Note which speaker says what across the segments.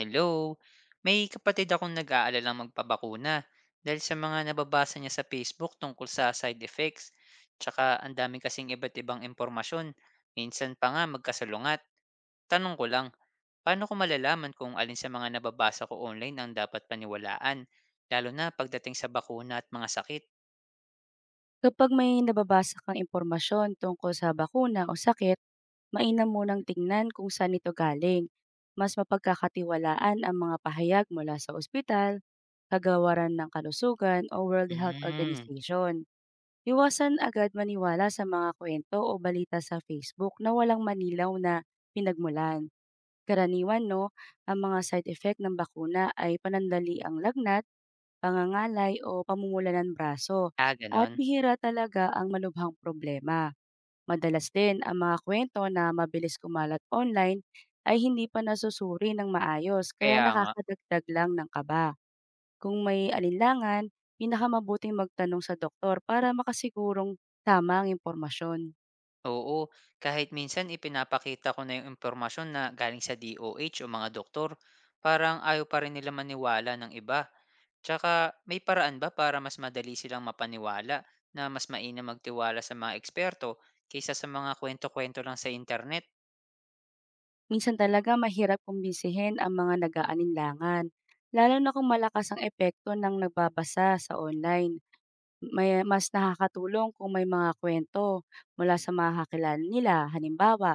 Speaker 1: Hello, may kapatid akong nag-aalalang magpabakuna dahil sa mga nababasa niya sa Facebook tungkol sa side effects. Tsaka ang dami kasing iba't ibang impormasyon. Minsan pa nga magkasalungat. Tanong ko lang, paano ko malalaman kung alin sa mga nababasa ko online ang dapat paniwalaan? Lalo na pagdating sa bakuna at mga sakit.
Speaker 2: Kapag may nababasa kang impormasyon tungkol sa bakuna o sakit, mainam munang tingnan kung saan ito galing. Mas mapagkakatiwalaan ang mga pahayag mula sa ospital, kagawaran ng kalusugan o World Health
Speaker 1: Hmm.
Speaker 2: Organization. Iwasan agad maniwala sa mga kwento o balita sa Facebook na walang manilaw na pinagmulan. Karaniwan no, ang mga side effect ng bakuna ay panandali ang lagnat, pangangalay o pamumula ng braso at
Speaker 1: Ganon.
Speaker 2: bihira talaga ang malubhang problema. Madalas din ang mga kwento na mabilis kumalat online ay hindi pa nasusuri ng maayos kaya
Speaker 1: Kaya nga.
Speaker 2: nakakadagdag lang ng kaba. Kung may alinlangan, pinakamabuting magtanong sa doktor para makasigurong tama ang impormasyon.
Speaker 1: Oo, kahit minsan ipinapakita ko na yung impormasyon na galing sa DOH o H o mga doktor, parang ayaw pa rin nila maniwala ng iba. Tsaka may paraan ba para mas madali silang mapaniwala na mas mainam magtiwala sa mga eksperto kaysa sa mga kwento-kwento lang sa internet?
Speaker 2: Minsan talaga mahirap kumbinsihin ang mga nag-aalinlangan, lalo na kung malakas ang epekto ng nagbabasa sa online. May mas nakakatulong kung may mga kwento mula sa mga kakilala nila, halimbawa,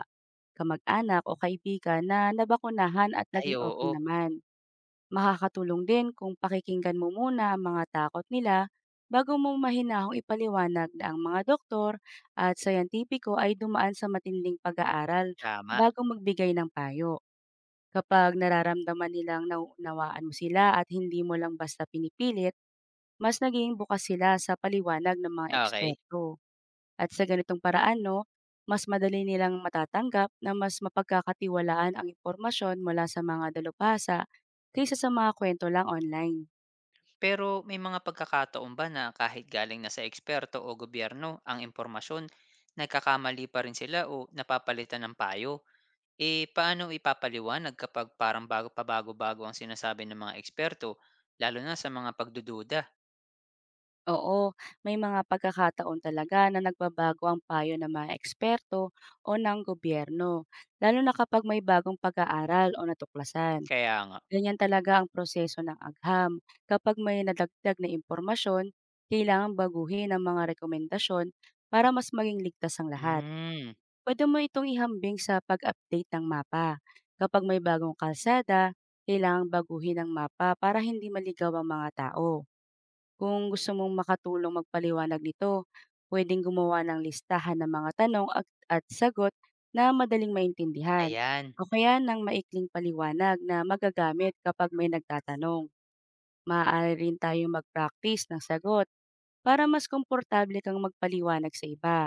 Speaker 2: kamag-anak o kaibigan na nabakunahan at
Speaker 1: Ay
Speaker 2: naging okay
Speaker 1: oo,
Speaker 2: naman. Makakatulong din kung pakikinggan mo muna ang mga takot nila bago mo mahinahong ipaliwanag na ang mga doktor at sayantipiko ay dumaan sa matinding pag-aaral
Speaker 1: tama.
Speaker 2: bago magbigay ng payo. Kapag nararamdaman nilang nauunawaan mo sila at hindi mo lang basta pinipilit, mas naging bukas sila sa paliwanag ng mga
Speaker 1: Okay.
Speaker 2: eksperto. At sa ganitong paraan, no, mas madali nilang matatanggap na mas mapagkakatiwalaan ang impormasyon mula sa mga dalubhasa kaysa sa mga kwento lang online.
Speaker 1: Pero may mga pagkakataon ba na kahit galing na sa eksperto o gobyerno ang impormasyon, nagkakamali pa rin sila o napapalitan ng payo? Paano ipapaliwanag kapag parang bago pabago-bago ang sinasabi ng mga eksperto, lalo na sa mga pagdududa?
Speaker 2: Oo, may mga pagkakataon talaga na nagbabago ang payo ng mga eksperto o ng gobyerno, lalo na kapag may bagong pag-aaral o natuklasan.
Speaker 1: Kaya nga.
Speaker 2: Ganyan talaga ang proseso ng agham. Kapag may nadagdag na impormasyon, kailangang baguhin ang mga rekomendasyon para mas maging ligtas ang lahat.
Speaker 1: Hmm,
Speaker 2: Pwede mo itong ihambing sa pag-update ng mapa. Kapag may bagong kalsada, kailangang baguhin ang mapa para hindi maligaw ang mga tao. Kung gusto mong makatulong magpaliwanag nito, pwedeng gumawa ng listahan ng mga tanong at sagot na madaling maintindihan
Speaker 1: ayan.
Speaker 2: o kaya ng maikling paliwanag na magagamit kapag may nagtatanong. Maaari rin tayong mag-practice ng sagot para mas komportable kang magpaliwanag sa iba.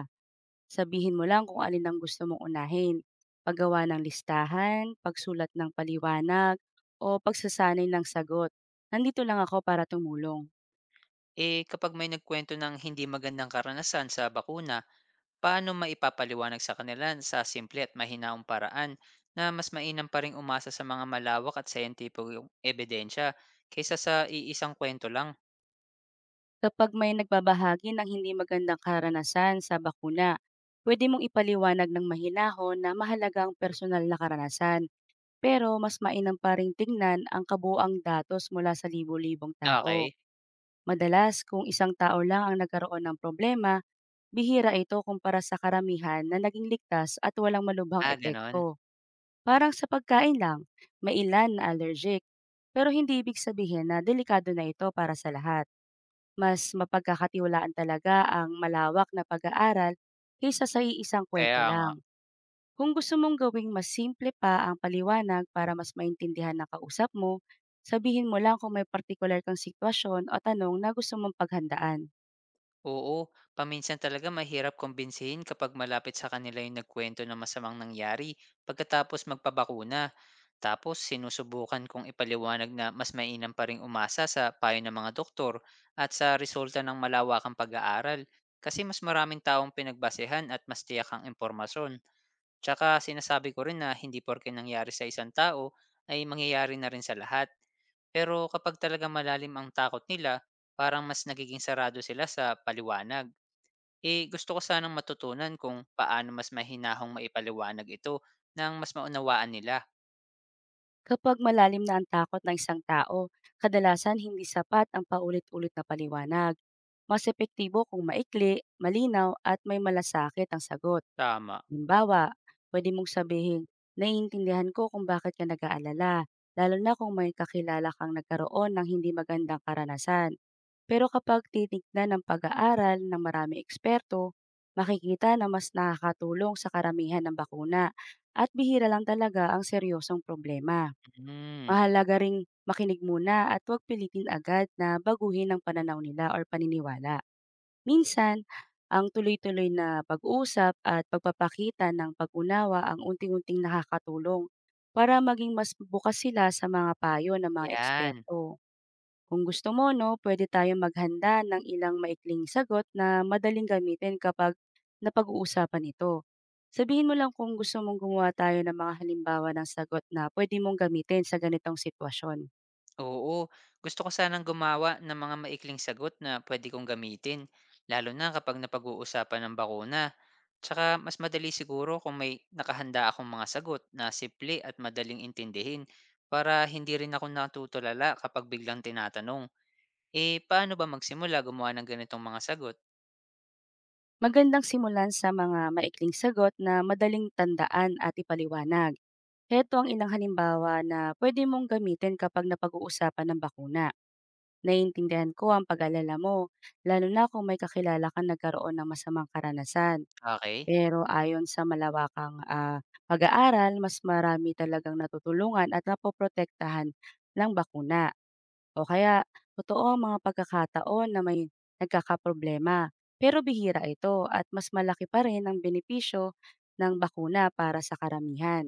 Speaker 2: Sabihin mo lang kung alin ang gusto mong unahin. Paggawa ng listahan, pagsulat ng paliwanag, o pagsasanay ng sagot. Nandito lang ako para tumulong.
Speaker 1: Kapag may nagkwento ng hindi magandang karanasan sa bakuna, paano maipapaliwanag sa kanila sa simple at mahinaong paraan na mas mainam pa rin umasa sa mga malawak at scientific ebidensya kaysa sa iisang kwento lang?
Speaker 2: Kapag may nagbabahagi ng hindi magandang karanasan sa bakuna, pwede mong ipaliwanag ng mahinahon na mahalaga ang personal na karanasan, pero mas mainam pa ring tingnan ang kabuang datos mula sa libo-libong tao.
Speaker 1: Okay.
Speaker 2: Madalas, kung isang tao lang ang nagkaroon ng problema, bihira ito kumpara sa karamihan na naging ligtas at walang malubhang
Speaker 1: Ganon.
Speaker 2: epekto. Parang sa pagkain lang, may ilan na allergic, pero hindi ibig sabihin na delikado na ito para sa lahat. Mas mapagkakatiwalaan talaga ang malawak na pag-aaral kaysa sa iisang kuwento
Speaker 1: Kaya nga.
Speaker 2: lang. Kung gusto mong gawing mas simple pa ang paliwanag para mas maintindihan ng kausap mo, sabihin mo lang kung may partikular kang sitwasyon o tanong na gusto mong paghandaan.
Speaker 1: Oo, paminsan talaga mahirap kumbinsihin kapag malapit sa kanila yung nagkwento ng masamang nangyari pagkatapos magpabakuna. Tapos sinusubukan kong ipaliwanag na mas mainam pa ring umasa sa payo ng mga doktor at sa resulta ng malawakang pag-aaral kasi mas maraming taong pinagbasehan at mas tiyak ang impormasyon. Tsaka sinasabi ko rin na hindi porke nangyari sa isang tao ay mangyayari na rin sa lahat. Pero kapag talaga malalim ang takot nila, parang mas nagiging sarado sila sa paliwanag. Eh gusto ko sanang matutunan kung paano mas mahinahong maipaliwanag ito nang mas maunawaan nila.
Speaker 2: Kapag malalim na ang takot ng isang tao, kadalasan hindi sapat ang paulit-ulit na paliwanag. Mas epektibo kung maikli, malinaw at may malasakit ang sagot.
Speaker 1: Tama.
Speaker 2: Halimbawa, pwede mong sabihin, "Naiintindihan ko kung bakit ka nag-aalala, lalo na kung may kakilala kang nagkaroon ng hindi magandang karanasan. Pero kapag titignan ng pag-aaral ng marami eksperto, makikita na mas nakakatulong sa karamihan ng bakuna at bihira lang talaga ang seryosong problema.
Speaker 1: Hmm,
Speaker 2: Mahalaga ring makinig muna at huwag pilitin agad na baguhin ang pananaw nila or paniniwala." Minsan, ang tuloy-tuloy na pag-usap at pagpapakita ng pag-unawa ang unti-unting nakakatulong para maging mas bukas sila sa mga payo ng mga
Speaker 1: yan.
Speaker 2: eksperto. Kung gusto mo, no, pwede tayong maghanda ng ilang maikling sagot na madaling gamitin kapag napag-uusapan ito. Sabihin mo lang kung gusto mong gumawa tayo ng mga halimbawa ng sagot na pwede mong gamitin sa ganitong sitwasyon.
Speaker 1: Oo, gusto ko sanang gumawa ng mga maikling sagot na pwede kong gamitin, lalo na kapag napag-uusapan ng bakuna. Tsaka mas madali siguro kung may nakahanda akong mga sagot na simple at madaling intindihin para hindi rin ako natutulala kapag biglang tinatanong, eh paano ba magsimula gumawa ng ganitong mga sagot?
Speaker 2: Magandang simulan sa mga maikling sagot na madaling tandaan at ipaliwanag. Heto ang ilang halimbawa na pwede mong gamitin kapag napag-uusapan ng bakuna. Naiintindihan ko ang pag-alala mo, lalo na kung may kakilala kang nagkaroon ng masamang karanasan.
Speaker 1: Okay.
Speaker 2: Pero ayon sa malawakang, pag-aaral, mas marami talagang natutulungan at napoprotektahan ng bakuna o kaya totoo ang mga pagkakataon na may nagkakaproblema. Pero bihira ito at mas malaki pa rin ang benepisyo ng bakuna para sa karamihan.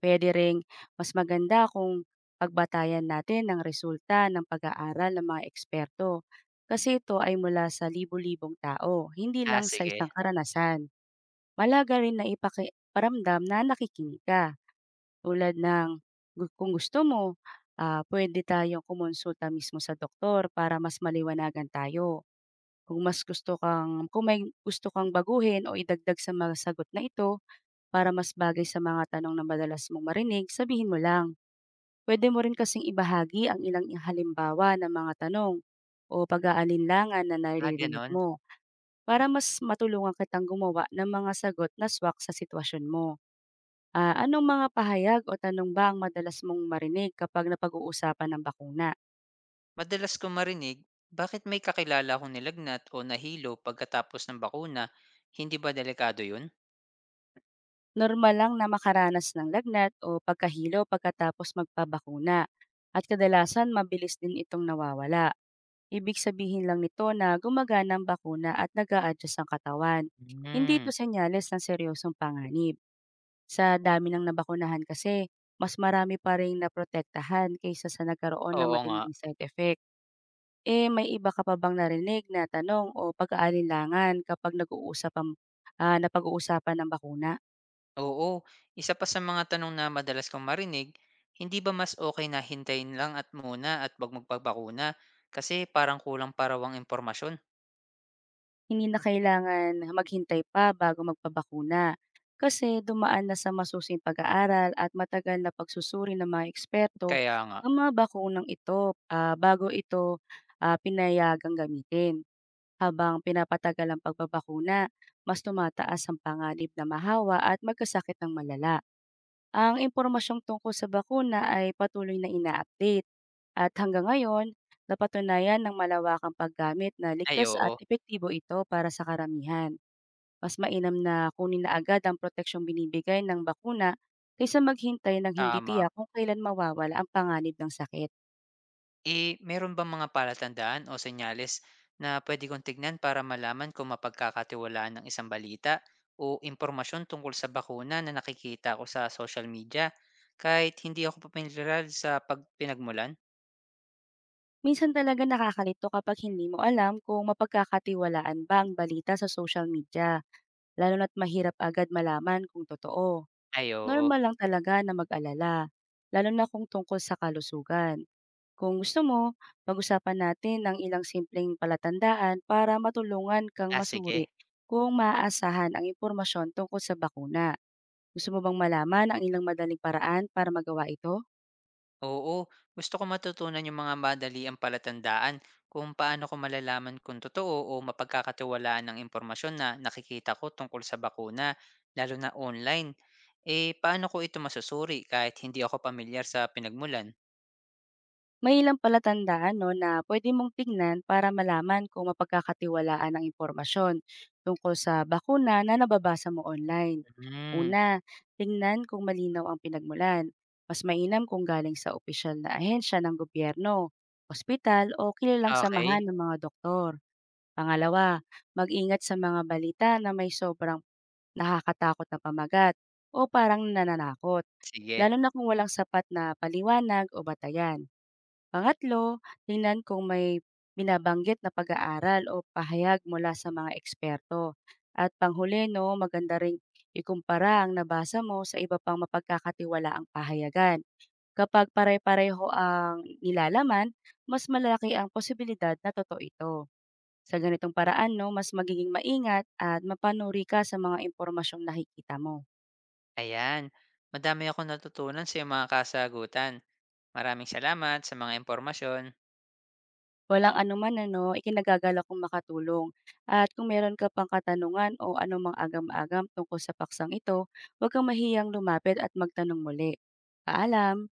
Speaker 2: Puwede ring mas maganda kung pagbatayan natin ng resulta ng pag-aaral ng mga eksperto kasi ito ay mula sa libu-libong tao, hindi
Speaker 1: Ah,
Speaker 2: lang sa isang
Speaker 1: sige.
Speaker 2: karanasan. Malaga rin na ipakiparamdam na nakikinig ka tulad ng kung gusto mo, pwede tayong kumonsulta mismo sa doktor para mas maliwanagan tayo. Kung mas gusto kang kung may gusto kang baguhin o idagdag sa mga sagot na ito para mas bagay sa mga tanong na madalas mong marinig, sabihin mo lang. Puwede mo rin kasing ibahagi ang ilang halimbawa ng mga tanong o pag-aalinlangan na naririnig
Speaker 1: Ganon.
Speaker 2: mo para mas matulungan kitang gumawa ng mga sagot na swak sa sitwasyon mo. Ah, anong mga pahayag o tanong ba ang madalas mong marinig kapag napag-uusapan ng bakuna?
Speaker 1: Madalas ko marinig, bakit may kakilala akong nilagnat o nahilo pagkatapos ng bakuna? Hindi ba delikado yun?
Speaker 2: Normal lang na makaranas ng lagnat o pagkahilo pagkatapos magpabakuna at kadalasan mabilis din itong nawawala. Ibig sabihin lang nito na gumagana ang bakuna at nag-a-adjust ang katawan. Hindi ito
Speaker 1: Hmm.
Speaker 2: senyales ng seryosong panganib. Sa dami ng nabakunahan kasi, mas marami pa rin naprotektahan kaysa sa nagkaroon ng
Speaker 1: Oo nga.
Speaker 2: matinding side effect. Eh, may iba ka pa bang narinig na tanong o pag-aalinlangan kapag nag-uusap napag-uusapan ng bakuna?
Speaker 1: Oo, isa pa sa mga tanong na madalas kong marinig, hindi ba mas okay na hintayin lang at muna at 'wag magpabakuna kasi parang kulang parawang impormasyon?
Speaker 2: Hindi na kailangan maghintay pa bago magpabakuna, kasi dumaan na sa masusing pag-aaral at matagal na pagsusuri ng mga eksperto
Speaker 1: Kaya nga.
Speaker 2: ang mga bakunang ito, bago ito, pinayagang gamitin. Habang pinapatagal ang pagbabakuna, mas tumataas ang panganib na mahawa at magkasakit ng malala. Ang impormasyong tungkol sa bakuna ay patuloy na ina-update at hanggang ngayon, napatunayan ng malawakang paggamit na
Speaker 1: Ay
Speaker 2: ligtas at
Speaker 1: oo,
Speaker 2: epektibo ito para sa karamihan. Mas mainam na kunin na agad ang proteksyong binibigay ng bakuna kaysa maghintay ng hindi
Speaker 1: tama.
Speaker 2: tiyak kung kailan mawawala ang panganib ng sakit.
Speaker 1: Meron bang mga palatandaan o senyales na puwede kong tignan para malaman kung mapagkakatiwalaan ng isang balita o impormasyon tungkol sa bakuna na nakikita ko sa social media kahit hindi ako pamilyar sa pag pinagmulan?
Speaker 2: Minsan talaga nakakalito kapag hindi mo alam kung mapagkakatiwalaan ba ang balita sa social media, lalo na't mahirap agad malaman kung totoo.
Speaker 1: Ay oo.
Speaker 2: Normal lang talaga na mag-alala, lalo na kung tungkol sa kalusugan. Kung gusto mo, pag-usapan natin ang ilang simpleng palatandaan para matulungan kang
Speaker 1: Ah,
Speaker 2: masuri
Speaker 1: sige.
Speaker 2: kung maaasahan ang impormasyon tungkol sa bakuna. Gusto mo bang malaman ang ilang madaling paraan para magawa ito?
Speaker 1: Oo, gusto ko matutunan yung mga madali ang palatandaan kung paano ko malalaman kung totoo o mapagkakatiwalaan ang impormasyon na nakikita ko tungkol sa bakuna, lalo na online. Paano ko ito masusuri kahit hindi ako pamilyar sa pinagmulan?
Speaker 2: May ilang palatandaan 'no na pwede mong tingnan para malaman kung mapagkakatiwalaan ang impormasyon tungkol sa bakuna na nababasa mo online.
Speaker 1: Hmm,
Speaker 2: Una, tingnan kung malinaw ang pinagmulan. Mas mainam kung galing sa opisyal na ahensya ng gobyerno, ospital o kilalang samahan
Speaker 1: okay.
Speaker 2: ng mga doktor. Pangalawa, mag-ingat sa mga balita na may sobrang nakakatakot na pamagat o parang nananakot,
Speaker 1: Sige.
Speaker 2: lalo na kung walang sapat na paliwanag o batayan. Pangatlo, tingnan kung may binabanggit na pag-aaral o pahayag mula sa mga eksperto. At panghuli, no, maganda ring ikumpara ang nabasa mo sa iba pang mapagkakatiwalaang pahayagan. Kapag pare-pareho ang nilalaman, mas malaki ang posibilidad na totoo ito. Sa ganitong paraan, no, mas magiging maingat at mapanuri ka sa mga impormasyong nakikita mo.
Speaker 1: Ayan. Madami akong natutunan sa iyong mga kasagutan. Maraming salamat sa mga impormasyon.
Speaker 2: Walang anuman ano, ikinagagala kong makatulong. At kung meron ka pang katanungan o anumang agam-agam tungkol sa paksang ito, huwag kang mahiyang lumapit at magtanong muli. Paalam!